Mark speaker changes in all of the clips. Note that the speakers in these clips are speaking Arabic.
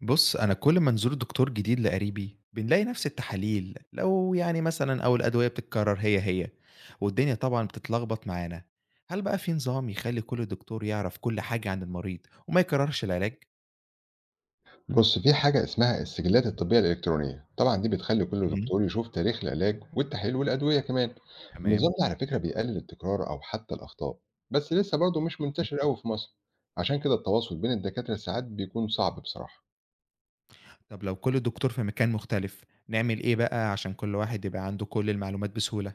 Speaker 1: بُص، أنا كل ما نزور دكتور جديد لقريبي بنلاقي نفس التحاليل لو يعني مثلًا أو الأدوية بتتكرر هي، والدنيا طبعًا بتتلخبط معانا. هل بقى في نظام يخلّي كل دكتور يعرف كل حاجة عن المريض وما يكررش العلاج؟
Speaker 2: بُص، في حاجة اسمها السجلات الطبية الإلكترونية، طبعًا دي بتخلّي كل
Speaker 1: اهم،
Speaker 2: دكتور يشوف تاريخ العلاج والتحاليل والأدوية كمان،
Speaker 1: تمام.
Speaker 2: النظام ده على فكرة بيقلل التكرار أو حتى الأخطاء، بس لسه برضه مش
Speaker 1: اهم.
Speaker 2: منتشر أوي في مصر، عشان كده التواصل بين الدكاترة ساعات بيكون صعب بصراحة،
Speaker 1: طب لو كل دكتور في مكان مختلف، نعمل إيه بقى عشان كل واحد يبقى عنده كل المعلومات بسهولة؟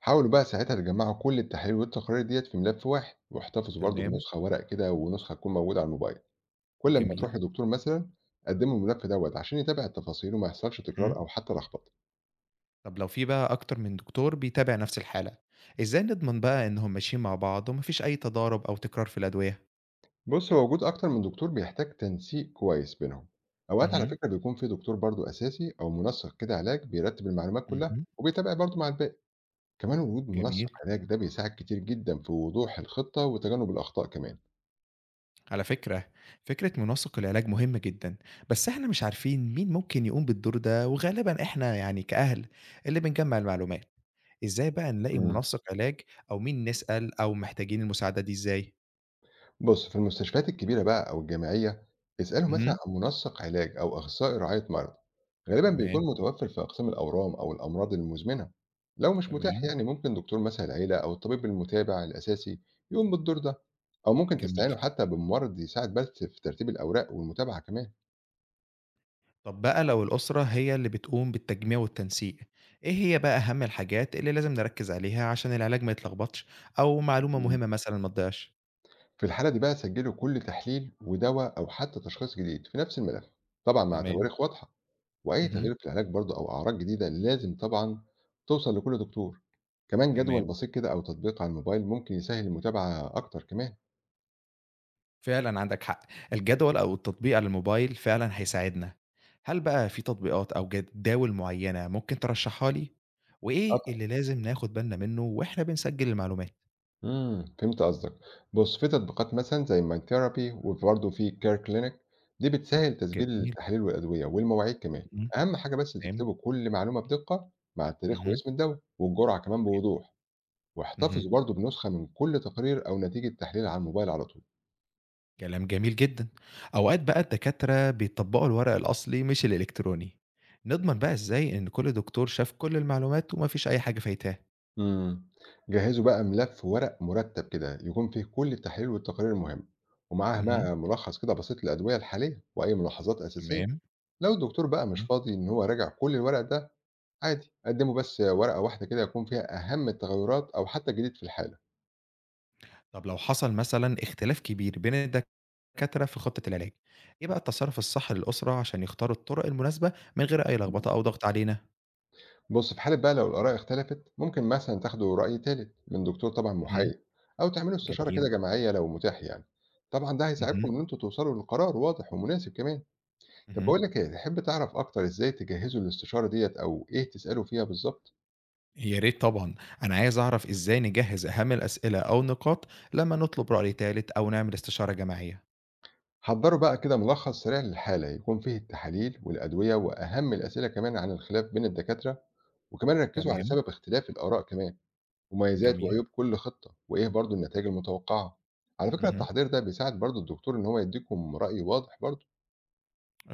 Speaker 2: حاولوا بقى ساعتها تجمّعوا كل التحاليل والتقارير ديّة في ملف واحد، واحتفظوا برضه
Speaker 1: تمام،
Speaker 2: بنسخة ورق كده ونسخة تكون موجودة على الموبايل، كل أمّا
Speaker 1: جميل.
Speaker 2: تروح لدكتور مثلًا قدّموا الملف دوّة عشان يتابع التفاصيل وما يحصلش
Speaker 1: اهم.
Speaker 2: تكرار أو حتى لخبطة.
Speaker 1: طب لو في بقى أكتر من دكتور بيتابع نفس الحالة، إزاي نضمن بقى إنهم ماشيين مع بعض وما فيش أي تضارب أو تكرار في الأدوية؟
Speaker 2: بُص، هو وجود أكتر من دكتور بيحتاج تنسيق كويس بينهم، أوقات على
Speaker 1: اهم،
Speaker 2: فكرة بيكون في دكتور برضه أساسي أو منسّق كده علاج بيرتّب المعلومات كلّها،
Speaker 1: اهم،
Speaker 2: وبيتابع برضه مع الباقي، كمان وجود منسّق
Speaker 1: جميل.
Speaker 2: علاج ده بيساعد كتير جدًا في وضوح الخطة وتجنب الأخطاء كمان.
Speaker 1: على فكرة، فكرة منسق العلاج مهمة جدًا، بس إحنا مش عارفين مين ممكن يقوم بالدور ده، وغالبًا إحنا يعني كأهل اللي بنجمّع المعلومات. إزاي بقى نلاقي
Speaker 2: إمم.
Speaker 1: منسق علاج أو مين نسأل أو محتاجين المساعدة دي إزاي؟
Speaker 2: بُص، في المستشفيات الكبيرة بقى أو الجامعية، اسألهم مثلًا
Speaker 1: اهم،
Speaker 2: عن منسق علاج أو أخصائي رعاية مرضى، غالبًا
Speaker 1: تمام،
Speaker 2: بيكون متوفر في أقسام الأورام أو الأمراض المزمنة، لو مش متاح
Speaker 1: تمام،
Speaker 2: يعني ممكن دكتور مثلًا العيلة أو الطبيب المتابع الأساسي يقوم بالدور ده، أو ممكن
Speaker 1: جميل.
Speaker 2: تستعينوا حتى بممرض يساعد بس في ترتيب الأوراق والمتابعة كمان.
Speaker 1: طب بقى لو الأسرة هي اللي بتقوم بالتجميع والتنسيق، إيه هي بقى أهم الحاجات اللي لازم نركّز عليها عشان العلاج ما يتلخبطش أو معلومة
Speaker 2: إمم.
Speaker 1: مهمة مثلًا ما تضيعش؟
Speaker 2: في الحالة دي بقى سجلوا كل تحليل ودوا أو حتى تشخيص جديد في نفس الملف، طبعًا مع
Speaker 1: تمام،
Speaker 2: تواريخ واضحة. وأي
Speaker 1: اهم،
Speaker 2: تغيير في العلاج برضه أو أعراض جديدة لازم طبعًا توصل لكل دكتور، كمان جدول
Speaker 1: تمام.
Speaker 2: بسيط كده أو تطبيق على الموبايل ممكن يسهّل المتابعة أكتر كمان.
Speaker 1: فعلًا عندك حق، الجدول أو التطبيق على الموبايل فعلًا هيساعدنا. هل بقى في تطبيقات أو جداول معيّنة ممكن ترشّحها لي؟ وإيه
Speaker 2: أكتر.
Speaker 1: اللي لازم ناخد بالنا منّه وإحنا بنسجّل المعلومات؟
Speaker 2: فهمت قصدك. بُص، في تطبيقات مثلًا زي my therapy وبرضه في care clinic دي بتسهّل تسجيل
Speaker 1: جميل،
Speaker 2: التحاليل والأدوية والمواعيد كمان،
Speaker 1: إمم،
Speaker 2: أهم حاجة بس
Speaker 1: تمام،
Speaker 2: تكتبوا كل معلومة بدقة مع التاريخ
Speaker 1: اهم،
Speaker 2: واسم الدوا والجرعة كمان بوضوح،
Speaker 1: اهم،
Speaker 2: واحتفظوا برضه بنسخة من كل تقرير أو نتيجة تحليل على الموبايل على طول.
Speaker 1: كلام جميل جدًا. أوقات بقى الدكاترة بيطبّقوا الورق الأصلي مش الإلكتروني، نضمن بقى إزاي إن كل دكتور شاف كل المعلومات وما فيش أي حاجة فايتاه؟
Speaker 2: إمم. جهّزوا بقى ملف ورق مُرتّب كده، يكون فيه كل التحاليل والتقارير المهمة، ومعاها
Speaker 1: اهم،
Speaker 2: بقى ملخّص كده بسيط للأدوية الحالية وأي ملاحظات أساسية.
Speaker 1: تمام،
Speaker 2: لو الدكتور بقى مش
Speaker 1: إمم.
Speaker 2: فاضي إن هو يراجع كل الورق ده، عادي قدّموا بس ورقة واحدة كده يكون فيها أهم التغيرات أو حتى الجديد في الحالة.
Speaker 1: طَب لو حصل مثلًا اختلاف كبير بين الدكاترة في خطة العلاج، إيه بقى التصرُّف الصح للأسرة عشان يختاروا الطُرق المناسبة من غير أي لخبطة أو ضغط علينا؟
Speaker 2: بُص، في حالة بقى لو الآراء اختلفت، ممكن مثلًا تاخدوا رأي تالت من دكتور طبعًا
Speaker 1: اهم،
Speaker 2: محايد أو تعملوا استشارة
Speaker 1: جميل،
Speaker 2: كده جماعية لو متاح يعني. طبعًا ده هيساعدكم
Speaker 1: اهم،
Speaker 2: إن أنتم توصلوا لقرار واضح ومناسب كمان. طب
Speaker 1: اهم،
Speaker 2: باقول لك إيه، تحب تعرف أكتر إزاي تجهّزوا الاستشارة ديّة أو إيه تسألوا فيها بالضبط؟
Speaker 1: يا ريت طبعًا، أنا عايز أعرف إزاي نجهّز أهم الأسئلة أو النقاط لمّا نطلب رأي تالت أو نعمل استشارة جماعية.
Speaker 2: حضّروا بقى كده ملخص سريع للحالة يكون فيه التحاليل والأدوية وأهم الأسئلة كمان عن الخلاف بين الدكاترة، وكمان ركّزوا على
Speaker 1: تمام،
Speaker 2: سبب اختلاف الآراء كمان، مميزات
Speaker 1: جميل،
Speaker 2: وعيوب كل خطة، وإيه برضه النتايج المتوقعة. على فكرة
Speaker 1: اهم،
Speaker 2: التحضير ده بيساعد برضه الدكتور إن هو يدّيكم رأي واضح برضه.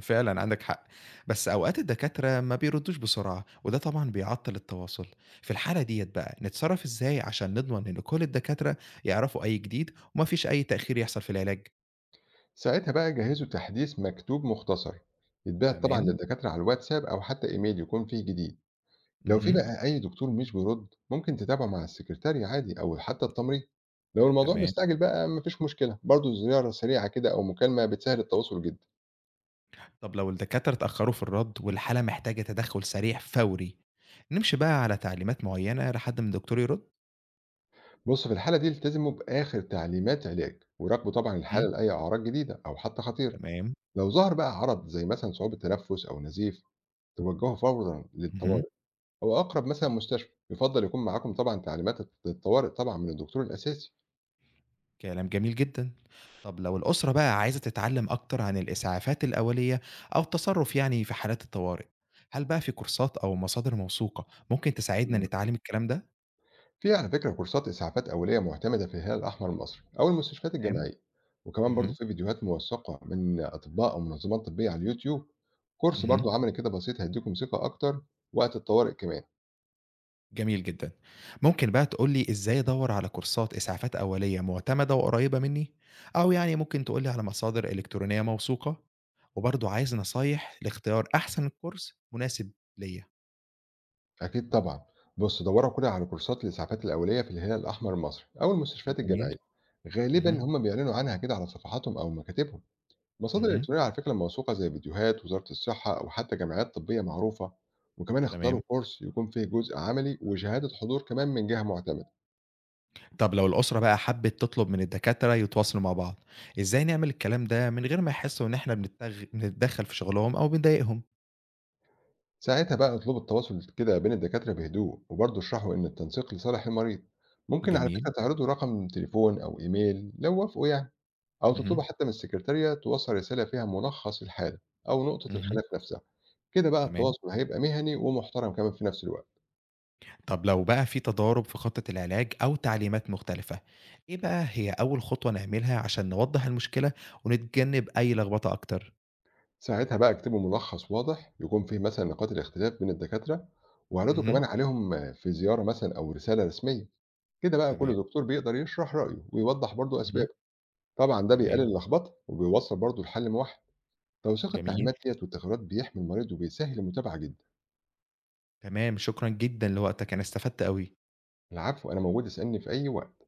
Speaker 1: فعلًا عندك حق، بس أوقات الدكاترة ما بيردّوش بسرعة وده طبعًا بيعطّل التواصل، في الحالة ديّة بقى نتصرّف إزاي عشان نضمن إن كل الدكاترة يعرفوا أي جديد وما فيش أي تأخير يحصل في العلاج؟
Speaker 2: ساعتها بقى جهّزوا تحديث مكتوب مختصر، يتبعت طبعًا
Speaker 1: تمام،
Speaker 2: للدكاترة على الواتساب أو حتى إيميل يكون فيه جديد. لو في
Speaker 1: اهم،
Speaker 2: بقى أي دكتور مش بيرد ممكن تتابعه مع السكرتارية عادي أو حتى التمريض، لو الموضوع
Speaker 1: تمام.
Speaker 2: مستعجل بقى مفيش مشكلة برضه زيارة سريعة كده أو مكالمة بتسهل التواصل جدا.
Speaker 1: طب لو الدكاترة اتأخروا في الرَّد والحالة محتاجة تدخُّل سريع فوري، نمشي بقى على تعليمات معيّنة لحد ما الدكتور يرُد؟
Speaker 2: بص في الحالة دي التزموا بآخر تعليمات علاج وراقبوا طبعا
Speaker 1: اهم،
Speaker 2: الحالة لأي أعراض جديدة أو حتى خطيرة،
Speaker 1: تمام،
Speaker 2: لو ظهر بقى عرض زي مثلا صعوبة تنفس أو نزيف توجهوا فورا
Speaker 1: اهم،
Speaker 2: للطوارئ أو أقرب مثلا مستشفى، يفضل يكون معاكم طبعا تعليمات الطوارئ طبعا من الدكتور الأساسي.
Speaker 1: كلام جميل جدًا. طب لو الأسرة بقى عايزة تتعلّم أكتر عن الإسعافات الأولية أو التصرُّف يعني في حالات الطوارئ، هل بقى في كورسات أو مصادر موثوقة ممكن تساعدنا نتعلّم الكلام ده؟
Speaker 2: في على فكرة كورسات إسعافات أولية معتمدة في الهلال الأحمر المصري أو المستشفيات
Speaker 1: تمام،
Speaker 2: الجامعية، وكمان برضو
Speaker 1: اهم،
Speaker 2: في فيديوهات موثقة من أطباء أو منظمات طبية على اليوتيوب. كورس
Speaker 1: اهم.
Speaker 2: برضو عملي كده بسيط هيديكم ثقة أكتر وقت الطوارئ كمان.
Speaker 1: جميل جدًا. ممكن بقى تقول لي إزاي أدوّر على كورسات إسعافات أولية معتمدة وقريبة منّي؟ أو يعني ممكن تقول لي على مصادر إلكترونية موثوقة، وبرضه عايز نصايح لاختيار أحسن كورس مناسب ليّا.
Speaker 2: أكيد طبعا، بص دوروا كده على كورسات الإسعافات الأولية في الهلال الأحمر المصري أو المستشفيات
Speaker 1: جميل.
Speaker 2: الجامعية، غالبا
Speaker 1: اهم،
Speaker 2: هم بيعلنوا عنها كده على صفحاتهم أو مكاتبهم. المصادر
Speaker 1: اهم،
Speaker 2: الإلكترونية على فكرة موثوقة زي فيديوهات وزارة الصحة أو حتى جمعيات طبية معروفة، وكمان
Speaker 1: تمام.
Speaker 2: اختاروا كورس يكون فيه جزء عملي وشهادة حضور كمان من جهة معتمدة.
Speaker 1: طب لو الأسرة بقى حَبِّت تطلب من الدكاترة يتواصلوا مع بعض، إزاي نعمل الكلام ده من غير ما يحسّوا إن إحنا بنتدخّل في شغلهم أو بنضايقهم؟
Speaker 2: ساعتها بقى اطلبوا التواصل كده بين الدكاترة بهدوء وبرضه اشرحوا إن التنسيق لصالح المريض، ممكن على
Speaker 1: جميل.
Speaker 2: فكرة تعرضوا رقم تليفون أو إيميل لو وافقوا يعني، أو
Speaker 1: اهم،
Speaker 2: تطلبوا حتى من السكرتارية توصل رسالة فيها ملخص الحالة أو نقطة
Speaker 1: اهم،
Speaker 2: الخلاف نفسها، كده بقى
Speaker 1: تمام.
Speaker 2: التواصل هيبقى مهني ومحترم كمان في نفس الوقت.
Speaker 1: طب لو بقى في تضارب في خطة العلاج أو تعليمات مختلفة، إيه بقى هي أول خطوة نعملها عشان نوضح المشكلة ونتجنب أي لخبطة أكتر؟
Speaker 2: ساعتها بقى اكتبوا ملخص واضح يكون فيه مثلًا نقاط الاختلاف بين الدكاترة، واعرضوا
Speaker 1: اهم،
Speaker 2: كمان عليهم في زيارة مثلًا أو رسالة رسمية، كده بقى
Speaker 1: تمام،
Speaker 2: كل دكتور بيقدر يشرح رأيه ويوضح برضه
Speaker 1: اهم،
Speaker 2: أسبابه، طبعًا ده بيقلل
Speaker 1: تمام،
Speaker 2: اللخبطة وبيوصّل برضه الحل موحد، توثيق
Speaker 1: جميل،
Speaker 2: التعليمات ديّة والتغييرات بيحمي المريض وبيسهّل المتابعة جدًا،
Speaker 1: تمام، شكرًا جدًا لوقتك، أنا استفدت أوي.
Speaker 2: العفو أنا موجود اسألني في أي وقت.